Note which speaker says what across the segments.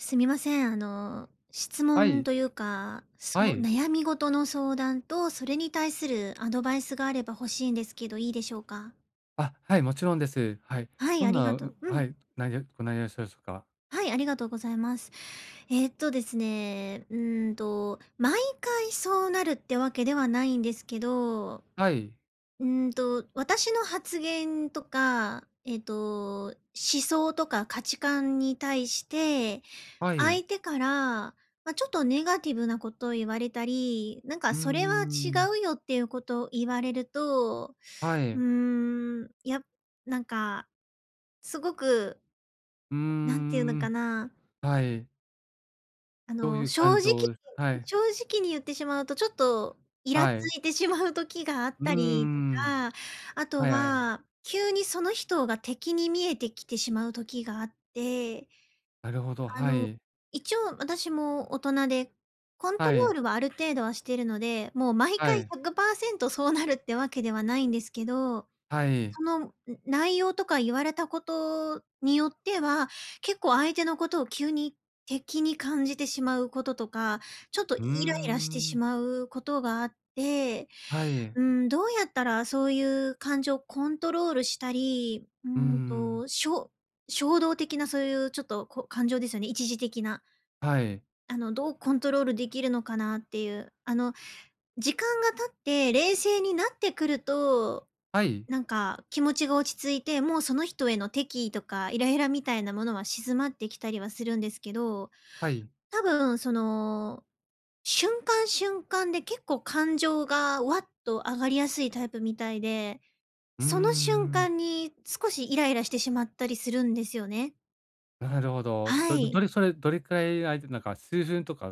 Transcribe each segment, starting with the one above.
Speaker 1: すみません。質
Speaker 2: は
Speaker 1: 問
Speaker 2: い、
Speaker 1: というか、
Speaker 2: は
Speaker 1: そう、
Speaker 2: い。
Speaker 1: 悩み事の相談と、それに対するアドバイスがあれば欲しいんですけど、いいでしょうか？
Speaker 2: あ、はい、もちろんです。はい。
Speaker 1: はい、
Speaker 2: ど
Speaker 1: あ
Speaker 2: ん
Speaker 1: り
Speaker 2: な、
Speaker 1: がとう。
Speaker 2: はい、ご内容でしょうか？
Speaker 1: はい、ありがとうございます。ですね、うーんと、毎回そうなるってわけではないんですけど、
Speaker 2: はい、
Speaker 1: 私の発言とか、思想とか価値観に対して、
Speaker 2: はい。
Speaker 1: 相手から、まあ、ちょっとネガティブなことを言われたり、なんか
Speaker 2: うー
Speaker 1: それは違
Speaker 2: ん、
Speaker 1: うよっていうことを言われると、
Speaker 2: は
Speaker 1: う
Speaker 2: い。
Speaker 1: ーん、やっなんかすごく、
Speaker 2: うー
Speaker 1: なんていうのか
Speaker 2: ん、
Speaker 1: な、
Speaker 2: はい。
Speaker 1: あ
Speaker 2: どうい
Speaker 1: の、
Speaker 2: う感情はい、
Speaker 1: 正直に言ってしまうとちょっとイラ
Speaker 2: はい。
Speaker 1: ついてしまう時があっ
Speaker 2: うー
Speaker 1: たりと
Speaker 2: ん、
Speaker 1: か、あと
Speaker 2: はいはい。
Speaker 1: は、急にその人が敵に見えてきてしまう時があって、
Speaker 2: なるほど、
Speaker 1: あ
Speaker 2: は
Speaker 1: の、
Speaker 2: い。
Speaker 1: 一応私も大人で、コント
Speaker 2: は
Speaker 1: ロー
Speaker 2: い、
Speaker 1: ルはある程度はしてるので、もう毎
Speaker 2: は
Speaker 1: 回
Speaker 2: い、
Speaker 1: 100%そうなるってわけではないんですけど、
Speaker 2: はい。
Speaker 1: その、ん内容とか言われたことによっては、結構相手のことを急に敵に感じてしまうこととか、ちょっとイ
Speaker 2: うー
Speaker 1: ライラしてし
Speaker 2: ん、
Speaker 1: まうことがあって、
Speaker 2: はい。
Speaker 1: うどうやったらそういう感情をコントロールしたり、
Speaker 2: うー
Speaker 1: ん
Speaker 2: ん、
Speaker 1: と、しょ衝動的なそういうちょっと感情ですよね、一時的な。
Speaker 2: はい、
Speaker 1: あの、どうコントロールできるのかなっていう。あの、時間が経って冷静になってくると、
Speaker 2: はい、
Speaker 1: なんか気持ちが落ち着いて、もうその人への敵意とかイライラみたいなものは静まってきたりはするんですけど、
Speaker 2: はい。
Speaker 1: 多分その、瞬間瞬間で結構感情がわっと上がりやすいタイプみたいで、
Speaker 2: うー
Speaker 1: その瞬
Speaker 2: ん、
Speaker 1: 間に少しイライラしてしまったりするんですよね。
Speaker 2: なるほど。
Speaker 1: は
Speaker 2: どどど
Speaker 1: い。
Speaker 2: れそれ、どれくらいあいてなんか数分とか？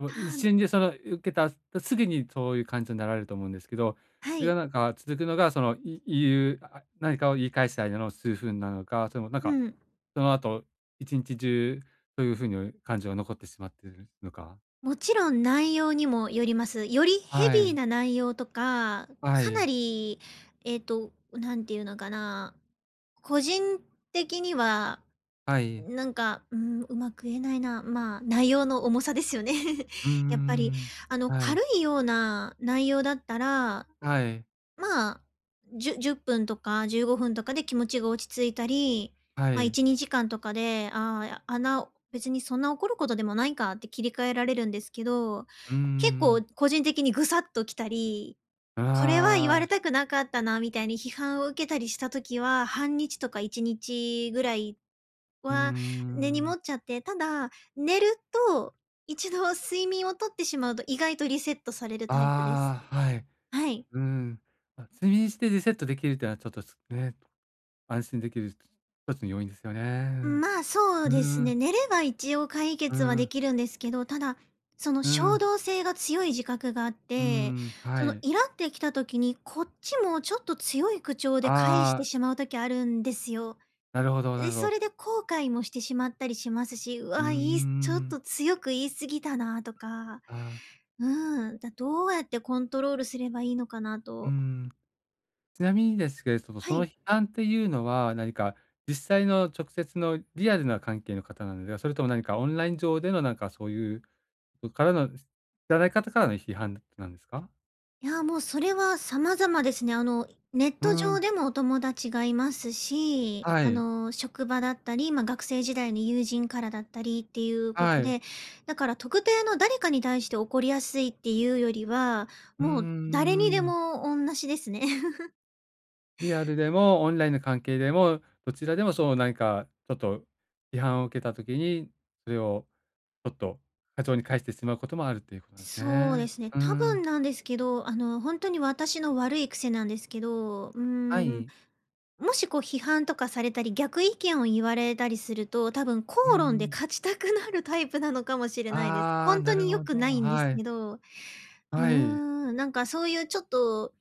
Speaker 2: もう一
Speaker 1: あ、
Speaker 2: 瞬でその受けた後すぐにそういう感情になられると思うんですけど、
Speaker 1: は
Speaker 2: それが
Speaker 1: い。
Speaker 2: なんか続くのが、その、い言う、あ、何かを言い返した間の数分なのか、それもなん
Speaker 1: う
Speaker 2: か、
Speaker 1: ん。
Speaker 2: その後一日中そういう風に感情が残ってしまっているのか。
Speaker 1: もちろん内容にもよります。よりヘ
Speaker 2: は
Speaker 1: ビー
Speaker 2: い、
Speaker 1: な内容とか、
Speaker 2: は
Speaker 1: かな
Speaker 2: い、
Speaker 1: り、なんていうのかな、個人的には、
Speaker 2: はい。
Speaker 1: うまく言えないな。まあ、内容の重さですよね。
Speaker 2: うん
Speaker 1: やっぱり、
Speaker 2: ん、
Speaker 1: あの、
Speaker 2: は
Speaker 1: 軽
Speaker 2: い、
Speaker 1: いような内容だったら、
Speaker 2: はい、
Speaker 1: まあ、10分とか15分とかで気持ちが落ち着いたり、
Speaker 2: は
Speaker 1: ま、
Speaker 2: い。
Speaker 1: 1、2時間とかで、ああ、別にそんな怒ることでもないかって切り替えられるんですけど、
Speaker 2: うん
Speaker 1: 結構
Speaker 2: ん、
Speaker 1: 個人的にぐさっと来たり、これは言
Speaker 2: あ
Speaker 1: われ
Speaker 2: あ、
Speaker 1: たくなかったなみたいに批判を受けたりした時は、半日とか1日ぐらい
Speaker 2: う
Speaker 1: は根に
Speaker 2: ん
Speaker 1: 持
Speaker 2: ん。
Speaker 1: っちゃって、ただ、寝ると、一度睡眠をとってしまうと意外とリセットされるタイプです。
Speaker 2: ああ、はい。
Speaker 1: はい。
Speaker 2: うん。あ、睡眠してリセットできるっていうのはちょっと安心できる一つの要因ですよね。
Speaker 1: まあ、そうで
Speaker 2: う
Speaker 1: すね。
Speaker 2: ん。
Speaker 1: 寝れば一応解
Speaker 2: うー
Speaker 1: 決はで
Speaker 2: ん。
Speaker 1: きるんですけど、ただ、その
Speaker 2: うー
Speaker 1: 衝
Speaker 2: ん。
Speaker 1: 動性が強い自覚があっ
Speaker 2: う
Speaker 1: て、
Speaker 2: ん。は
Speaker 1: その
Speaker 2: い。
Speaker 1: イラってきた時に、こっちもちょっと強い口調で返し
Speaker 2: あ
Speaker 1: て
Speaker 2: あ、
Speaker 1: しまう時あるんですよ。
Speaker 2: なるほどな
Speaker 1: で、
Speaker 2: るほ
Speaker 1: そ
Speaker 2: ど。
Speaker 1: れで後悔もしてしまったりしますし、う
Speaker 2: うー
Speaker 1: わ、言いすちょっ
Speaker 2: ん。
Speaker 1: と強く言い過ぎたなとか、
Speaker 2: あー
Speaker 1: うん、どうやってコントロールすればいいのかな
Speaker 2: う
Speaker 1: と。
Speaker 2: ん。ちなみにですけれども、そ
Speaker 1: は
Speaker 2: の
Speaker 1: い。
Speaker 2: 批判っていうのは、何か実際の直接のリアルな関係の方なんですが、それとも何かオンライン上でのなんかそういうからの知らない方からの批判なんですか？
Speaker 1: いや、もうそれは様々ですね。あの、ネッ
Speaker 2: う
Speaker 1: ト上
Speaker 2: ん。
Speaker 1: でもお友達がいますし、
Speaker 2: は
Speaker 1: あ
Speaker 2: い。
Speaker 1: の、職場だったり、まあ、学生時代の友人からだったりっていうこ
Speaker 2: は
Speaker 1: と
Speaker 2: い。
Speaker 1: で、だから特定の誰かに対して怒りやすいっていうよりは、
Speaker 2: うー
Speaker 1: もう誰にで
Speaker 2: ん。
Speaker 1: も同じですね。
Speaker 2: リアルでもオンラインの関係でも、どちらでもそう何かちょっと批判を受けた時に、それをちょっと過剰に返してしまうこともあるっていうことなんです
Speaker 1: そう
Speaker 2: ね。
Speaker 1: ですね。
Speaker 2: うー
Speaker 1: 多分
Speaker 2: ん、
Speaker 1: なんですけど、あの、本当に私の悪い癖なんですけど、
Speaker 2: は
Speaker 1: ん、
Speaker 2: い。
Speaker 1: もしこう批判とかされたり、逆意見を言われたりすると、多分口
Speaker 2: うー
Speaker 1: 論で
Speaker 2: ん。
Speaker 1: 勝ちたくなるタイプなのかもしれないです。
Speaker 2: ああ、
Speaker 1: 本
Speaker 2: な
Speaker 1: 当
Speaker 2: る
Speaker 1: に良
Speaker 2: ほ
Speaker 1: く
Speaker 2: ど。
Speaker 1: ないんです
Speaker 2: はい。
Speaker 1: けど、う
Speaker 2: はい。
Speaker 1: ーん、なんかそういうちょっと、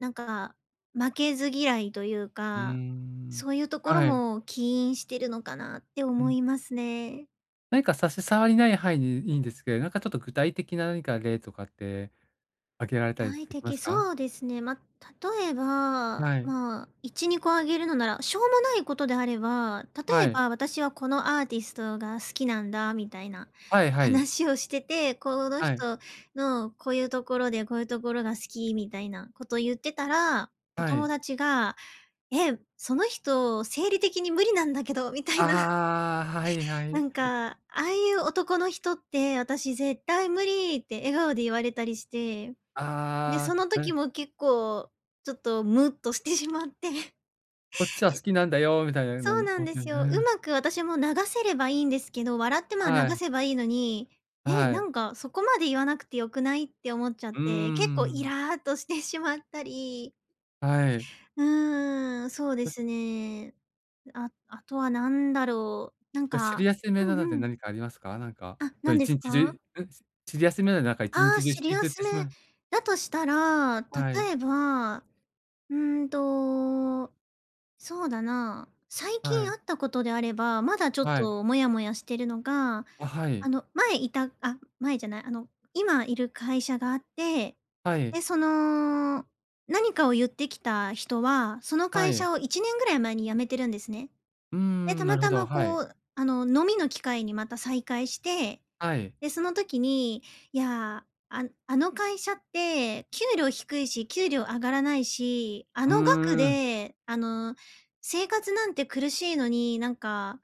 Speaker 1: なんか、負けず嫌いという
Speaker 2: うー
Speaker 1: か、
Speaker 2: ん。
Speaker 1: そういうところ
Speaker 2: はい。
Speaker 1: も起因してるのかなって
Speaker 2: う
Speaker 1: 思
Speaker 2: ん。
Speaker 1: いますね。
Speaker 2: 何か差し障りない範囲にいいんですけど、なんかちょっと具体的な何か例とかって挙げられたり
Speaker 1: 具
Speaker 2: でき
Speaker 1: 体
Speaker 2: ま
Speaker 1: 的、
Speaker 2: すか？
Speaker 1: そうですね。まあ、例えば、
Speaker 2: はい。
Speaker 1: まあ、1、2個あげるのなら、しょうもないことであれば、例
Speaker 2: は
Speaker 1: え
Speaker 2: い。
Speaker 1: ば私はこのアーティストが好きなんだみたいな
Speaker 2: はいはい。
Speaker 1: 話をしてて、この
Speaker 2: はい。
Speaker 1: 人のこういうところでこういうところが好きみたいなことを言ってたら、お
Speaker 2: は
Speaker 1: 友
Speaker 2: い。
Speaker 1: 達が、「え、その人生理的に無理なんだけど」みたいな、
Speaker 2: ああ、はいは
Speaker 1: な
Speaker 2: い。
Speaker 1: んか、「ああいう男の人って私絶対無理」って笑顔で言われたりしてね、
Speaker 2: あ
Speaker 1: その
Speaker 2: あ、う
Speaker 1: 時
Speaker 2: ん、
Speaker 1: も結構ちょっとムッとしてしまって。
Speaker 2: こっち は好
Speaker 1: え、
Speaker 2: きなんだよみたいなの
Speaker 1: そう
Speaker 2: んね。
Speaker 1: な
Speaker 2: う
Speaker 1: んですよ。う
Speaker 2: ん、
Speaker 1: まく私も流せればいいんですけど、笑って、まあ、流
Speaker 2: はい、
Speaker 1: せばいいのに、「え、
Speaker 2: は
Speaker 1: な
Speaker 2: い。
Speaker 1: んかそこまで言わなくてよくない？」って思っちゃっ
Speaker 2: うー
Speaker 1: て、結構イ
Speaker 2: ん。
Speaker 1: ラっとしてしまったり、
Speaker 2: はい。
Speaker 1: うーん、そうで
Speaker 2: です、
Speaker 1: すね。ああとは何だろう、なん
Speaker 2: すい
Speaker 1: か、
Speaker 2: アめ
Speaker 1: う
Speaker 2: なので
Speaker 1: んうん。
Speaker 2: 何かありますか？なんか、
Speaker 1: あ、
Speaker 2: そう
Speaker 1: 何です
Speaker 2: 日
Speaker 1: か？
Speaker 2: 中うん、やすいアスめな、なんか一
Speaker 1: ああ、
Speaker 2: 日中
Speaker 1: シ
Speaker 2: 引
Speaker 1: リ
Speaker 2: き
Speaker 1: ア
Speaker 2: ずっ
Speaker 1: ス
Speaker 2: て
Speaker 1: め
Speaker 2: しまう、
Speaker 1: だとしたら、
Speaker 2: はい、
Speaker 1: 例えば、うーんとそうだな。最
Speaker 2: は
Speaker 1: 近
Speaker 2: い、
Speaker 1: あったことであれば、まだちょっ
Speaker 2: はい。
Speaker 1: とモヤモヤしてるのが、
Speaker 2: あ、は
Speaker 1: あ
Speaker 2: い、
Speaker 1: の、前いたあ、前じゃない、あの、今いる会社があって、
Speaker 2: はい、
Speaker 1: で、その、何かを言ってきた人は、その
Speaker 2: は
Speaker 1: 会
Speaker 2: い。
Speaker 1: 社を1年ぐらい前に辞めてるんですね。
Speaker 2: うー
Speaker 1: で、た
Speaker 2: ん、な
Speaker 1: ま
Speaker 2: るほ
Speaker 1: た
Speaker 2: ど、
Speaker 1: ま
Speaker 2: はい、
Speaker 1: こう、あの、飲みの機会にまた再会して、
Speaker 2: はい。
Speaker 1: で、その時に、いや、あの会社って給料低いし、給料上がらないし、あ
Speaker 2: うー
Speaker 1: の額
Speaker 2: ん。
Speaker 1: で、あの、生活なんて苦しいのに、なんか、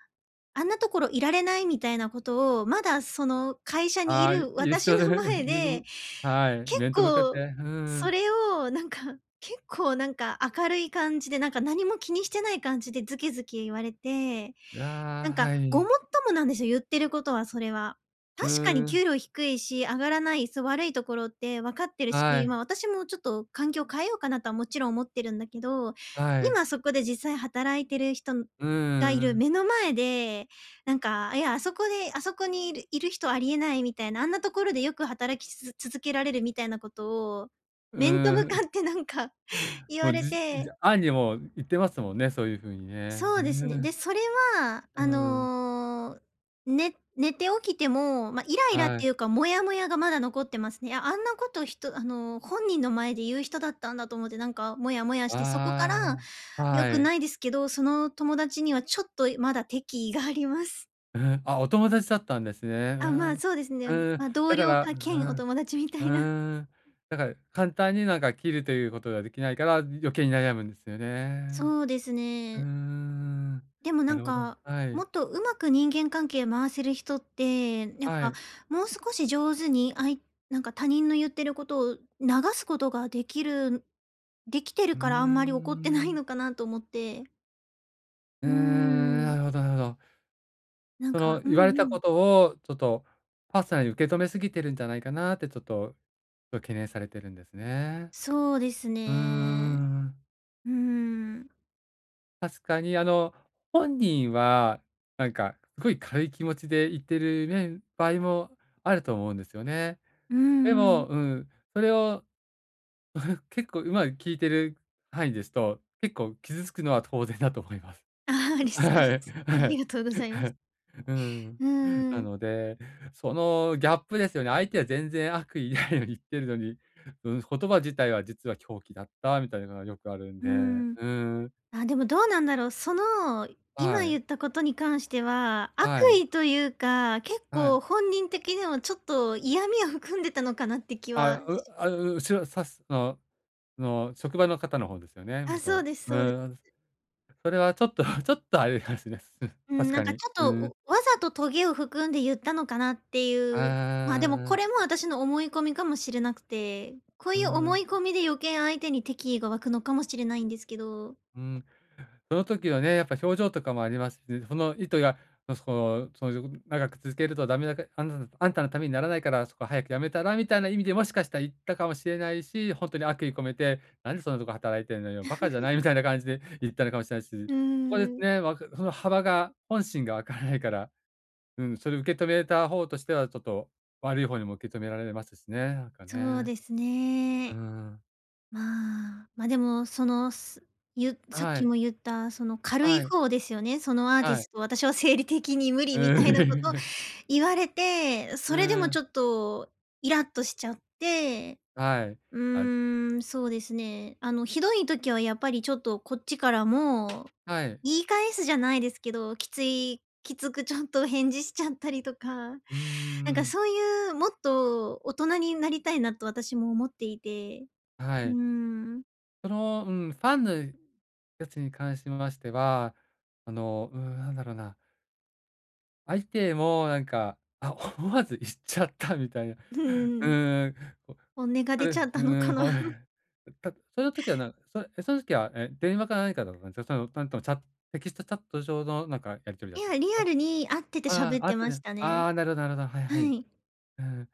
Speaker 1: あんなところいられないみたいなことを、まだその会社にい
Speaker 2: ああ、い
Speaker 1: る
Speaker 2: る
Speaker 1: 私
Speaker 2: 人で、
Speaker 1: の前
Speaker 2: むぐ
Speaker 1: で、
Speaker 2: むはい、
Speaker 1: 結
Speaker 2: 面と向かって、
Speaker 1: 構、
Speaker 2: うー
Speaker 1: そ
Speaker 2: ん。
Speaker 1: れをなんか、結構なんか明るい感じで、なんか何も気にしてない感じでズキズキ言われて、
Speaker 2: あ
Speaker 1: なん
Speaker 2: あ、
Speaker 1: か
Speaker 2: は
Speaker 1: ごも
Speaker 2: い。
Speaker 1: っともなんですよ、言ってることはそれは。
Speaker 2: う
Speaker 1: 確かに
Speaker 2: ーん、
Speaker 1: 給料低いし、上がらない、そう、悪いところって分かってるし、
Speaker 2: はい、
Speaker 1: まあ、私もちょっと環境変えようかなとはもちろん思ってるんだけど、
Speaker 2: はい。
Speaker 1: 今そこで実際働いてる人
Speaker 2: うー
Speaker 1: がいる
Speaker 2: ん、
Speaker 1: 目の前でなんか、いや、あそこであそこにいる人ありえないみたいな、あんなところでよく働きつづ続けられるみたいなことを、
Speaker 2: う
Speaker 1: 面と
Speaker 2: ー
Speaker 1: 向か
Speaker 2: ん。
Speaker 1: ってなんか 言
Speaker 2: も
Speaker 1: わ
Speaker 2: う、
Speaker 1: れ
Speaker 2: じじ
Speaker 1: て、
Speaker 2: 暗にもう言ってますもんね、そういう風にね。へ
Speaker 1: そうですね。
Speaker 2: え、
Speaker 1: で、それは、
Speaker 2: う
Speaker 1: あ
Speaker 2: ん、
Speaker 1: の、ね寝て起きても、ま、イライラっ
Speaker 2: は
Speaker 1: て
Speaker 2: い。
Speaker 1: いうか、モヤモヤがまだ残ってますね。あ、あんなことひとあの、本人の前で言う人だったんだと思って、なんかモヤモヤして、そこから
Speaker 2: ああ、
Speaker 1: 良
Speaker 2: は
Speaker 1: く
Speaker 2: い。
Speaker 1: ないですけど、その友達にはちょっとまだ敵意があります。
Speaker 2: うん、あ、お友達だったんですね。う
Speaker 1: あ、まあ、
Speaker 2: ん。
Speaker 1: そうですね。
Speaker 2: うん、
Speaker 1: まあ、同
Speaker 2: だか
Speaker 1: 僚
Speaker 2: ら、う
Speaker 1: か兼お
Speaker 2: ん、う
Speaker 1: 友達みたいな。
Speaker 2: ーん。だから簡単になんか切るということができないから、余計に悩むんですよね。
Speaker 1: そうです
Speaker 2: うー
Speaker 1: ね。
Speaker 2: ん。
Speaker 1: でも
Speaker 2: な
Speaker 1: なん
Speaker 2: るほど。
Speaker 1: か、
Speaker 2: は
Speaker 1: も
Speaker 2: い、
Speaker 1: っとうまく人間関係回せる人って、やっ
Speaker 2: は
Speaker 1: ぱ
Speaker 2: い。
Speaker 1: もう少し上手になんか他人の言ってることを流すことができて
Speaker 2: う
Speaker 1: るからあんま
Speaker 2: ー
Speaker 1: り怒ってないの
Speaker 2: ん。
Speaker 1: かなと思って。
Speaker 2: う
Speaker 1: う
Speaker 2: ー
Speaker 1: ー
Speaker 2: ん、な
Speaker 1: ん。
Speaker 2: るほどなるほど。
Speaker 1: なん
Speaker 2: そ
Speaker 1: か
Speaker 2: の
Speaker 1: う
Speaker 2: 言われ
Speaker 1: んう
Speaker 2: たこ
Speaker 1: ん。
Speaker 2: とを、ちょっとパーソナルに受け止めすぎてるんじゃないかなってちょっと懸念されてるんですね。
Speaker 1: そうです
Speaker 2: うー
Speaker 1: ね。
Speaker 2: ん。
Speaker 1: うーん。
Speaker 2: 確かにあの、本人はなんかすごい軽い気持ちで言ってる場合もあると思うんですよね。
Speaker 1: う
Speaker 2: で
Speaker 1: んう
Speaker 2: も、
Speaker 1: ん。
Speaker 2: うん、それを 結構うまく聞いてる範囲ですと、結構傷つくのは当然だと思います。
Speaker 1: あーあ、リー ス、
Speaker 2: はい、
Speaker 1: あ
Speaker 2: は
Speaker 1: り
Speaker 2: い。
Speaker 1: がとうございます。
Speaker 2: うん。
Speaker 1: う ん
Speaker 2: な
Speaker 1: うん。
Speaker 2: ので、そのギャップですよね。相手は全然悪意ないのに言ってるのに、うん、言葉自体は実は狂気だったみたいなのがよくあるん
Speaker 1: うー
Speaker 2: で。
Speaker 1: ん。
Speaker 2: うん。
Speaker 1: あ、でもどうなんだろう。その、今
Speaker 2: はい。
Speaker 1: 言ったことに関しては、悪
Speaker 2: はい。
Speaker 1: 意というか、結
Speaker 2: は
Speaker 1: 構
Speaker 2: い。
Speaker 1: 本人的にもちょっと嫌味を含んでたのかなって気
Speaker 2: あ、
Speaker 1: は
Speaker 2: う
Speaker 1: し、
Speaker 2: あ、う後ろ指すの、職場の方ですよね、
Speaker 1: あ、そ
Speaker 2: 元。
Speaker 1: うです
Speaker 2: う
Speaker 1: そうです。
Speaker 2: ん、それはちょっと ちょっとあれですね。
Speaker 1: う
Speaker 2: 確
Speaker 1: ん、なん
Speaker 2: か
Speaker 1: かち
Speaker 2: に。
Speaker 1: ょっ
Speaker 2: うん。
Speaker 1: と、わざとトゲを含んで言ったのかなって
Speaker 2: あ
Speaker 1: いう。まあ、でも
Speaker 2: う
Speaker 1: こ
Speaker 2: ー
Speaker 1: れも私の思い込みかもしれなくて、こう
Speaker 2: う
Speaker 1: いう
Speaker 2: ん、う
Speaker 1: 思
Speaker 2: ん。
Speaker 1: い込みで余計相手に敵意が湧くのかもしれないんですけど。
Speaker 2: その時のね、やっぱ表情とかもありますしね、その意図が、のそのその長く続けるとダメだかあんたのためにならないからそこ早くやめたらみたいな意味でもしかしたら言ったかもしれないし、本当に悪意込めて、なんでそんなとこ働いてんのよ、バカじゃないみたいな感じで言ったのかもしれないし、
Speaker 1: うー
Speaker 2: そこです
Speaker 1: ん、
Speaker 2: ね、その幅が、本心がわからないから、うん、それ受け止めた方としてはちょっと悪い方にも受け止められますしね、なんか
Speaker 1: そう
Speaker 2: ね。
Speaker 1: です
Speaker 2: う
Speaker 1: ね。
Speaker 2: ん。
Speaker 1: まあ、でも、その、さっ
Speaker 2: は
Speaker 1: き
Speaker 2: い、
Speaker 1: も言った、その軽い
Speaker 2: はい、
Speaker 1: 方ですよね。そのアーティ
Speaker 2: はい。
Speaker 1: スト、私は生理的に無理
Speaker 2: う
Speaker 1: みたいなこ
Speaker 2: ー
Speaker 1: と
Speaker 2: ん。
Speaker 1: 言われて、
Speaker 2: う
Speaker 1: それでも
Speaker 2: ん、
Speaker 1: ちょっとイラッとしちゃって、
Speaker 2: はい。
Speaker 1: う
Speaker 2: あ、
Speaker 1: ーん、そうですね。あの、ひどい時はやっぱりちょっとこっちからも、
Speaker 2: はい。
Speaker 1: 言い返すじゃないですけど、きつくちょっと返事しちゃったりとか、
Speaker 2: うー
Speaker 1: なんか
Speaker 2: ん。
Speaker 1: そういうもっと大人になりたいなと私も思っていて、
Speaker 2: は
Speaker 1: うー
Speaker 2: い。
Speaker 1: ん。
Speaker 2: その、うん、ファンのやつに関しましては、あの、うん、なんだろうな、相手もなんか、あ、思わず言っちゃったみたいな。
Speaker 1: う ー
Speaker 2: う
Speaker 1: ん。
Speaker 2: ーん、
Speaker 1: 本音が出ち
Speaker 2: う
Speaker 1: ゃっ
Speaker 2: ー
Speaker 1: たのか
Speaker 2: ん、
Speaker 1: な。
Speaker 2: は い。たその時はなそれえ、その時は、電話か何かだったんですか？そのとなんともチャテキストチャット上のなんかやり取りだっ
Speaker 1: い
Speaker 2: たん
Speaker 1: や、
Speaker 2: で
Speaker 1: リ
Speaker 2: す
Speaker 1: ア
Speaker 2: か？
Speaker 1: ルに会ってて
Speaker 2: あ
Speaker 1: 喋っ
Speaker 2: あ、あっ
Speaker 1: て
Speaker 2: た
Speaker 1: ま
Speaker 2: じゃ
Speaker 1: し
Speaker 2: ん、
Speaker 1: たね。
Speaker 2: ああ、なるほどなるほど。はい
Speaker 1: は
Speaker 2: はい。
Speaker 1: い。
Speaker 2: うん。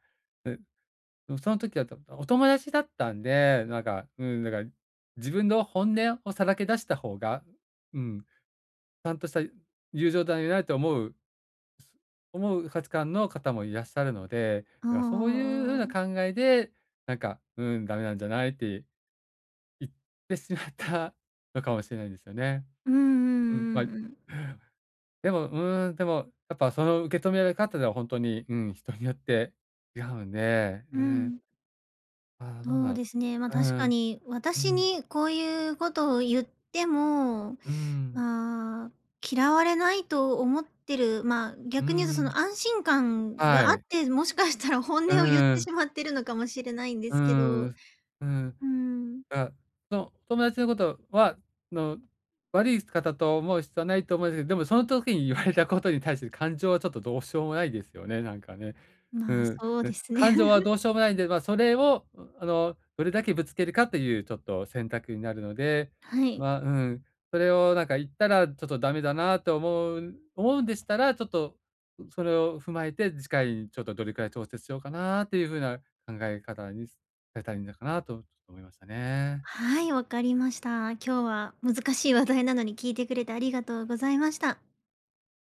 Speaker 2: うん、その時は、お友達だったんで、なんか、うん、だから、自分の本音をさらけ出した方が、うん、ちゃんとした友情だよなと思う価値観の方もいらっしゃるので、
Speaker 1: あ
Speaker 2: だからそういう風な
Speaker 1: あ、ああ
Speaker 2: 考えで、なんか、うん、ダメなんじゃないって言ってしまったのかもしれないんですよね。
Speaker 1: うんう
Speaker 2: うん、
Speaker 1: ん
Speaker 2: まあ、
Speaker 1: うんうん。
Speaker 2: でも、うん、でも、やっぱその受け止められ方では本当に、うん、人によって違うんで、
Speaker 1: う
Speaker 2: うん、
Speaker 1: ん。
Speaker 2: ああ、どう
Speaker 1: そ
Speaker 2: な
Speaker 1: う
Speaker 2: の、
Speaker 1: ですね、ま、
Speaker 2: う
Speaker 1: 確か
Speaker 2: ん、
Speaker 1: に、
Speaker 2: う
Speaker 1: 私
Speaker 2: ん。
Speaker 1: にこういうことを言っても、
Speaker 2: うん、
Speaker 1: まあ、嫌われないと思ってる、まあ、
Speaker 2: う
Speaker 1: 逆に言うとそ
Speaker 2: ん、
Speaker 1: の安心感
Speaker 2: は
Speaker 1: があっ
Speaker 2: い。
Speaker 1: て、もしかしたら本
Speaker 2: う
Speaker 1: 音を言って
Speaker 2: ん、
Speaker 1: しまってるのかもしれないんで
Speaker 2: う
Speaker 1: すけど、
Speaker 2: ん、
Speaker 1: う
Speaker 2: うん。
Speaker 1: ーん、
Speaker 2: あ、友達のことは、の、悪い方と思う必要はないと思うんですけど、でもその時に言われたことに対して感情はちょっとどうしようもないですよね、なんかね。う
Speaker 1: まあ、
Speaker 2: ん、
Speaker 1: そう
Speaker 2: うん、
Speaker 1: ですね。
Speaker 2: 感情は どうしようもないんで、まあ、それを、あの、どれだけぶつけるかというちょっと選択になるので、
Speaker 1: はい。
Speaker 2: まあ、うん、それをなんか言ったらちょっとダメだなと思うんでしたら、ちょっと、それを踏まえて、次回にちょっとどれくらい調節しようかなっていう風な考え方にされたらいいのかなと思いましたね。
Speaker 1: はい、わかりました。今日は難しい話題なのに聞いてくれてありがとうございました。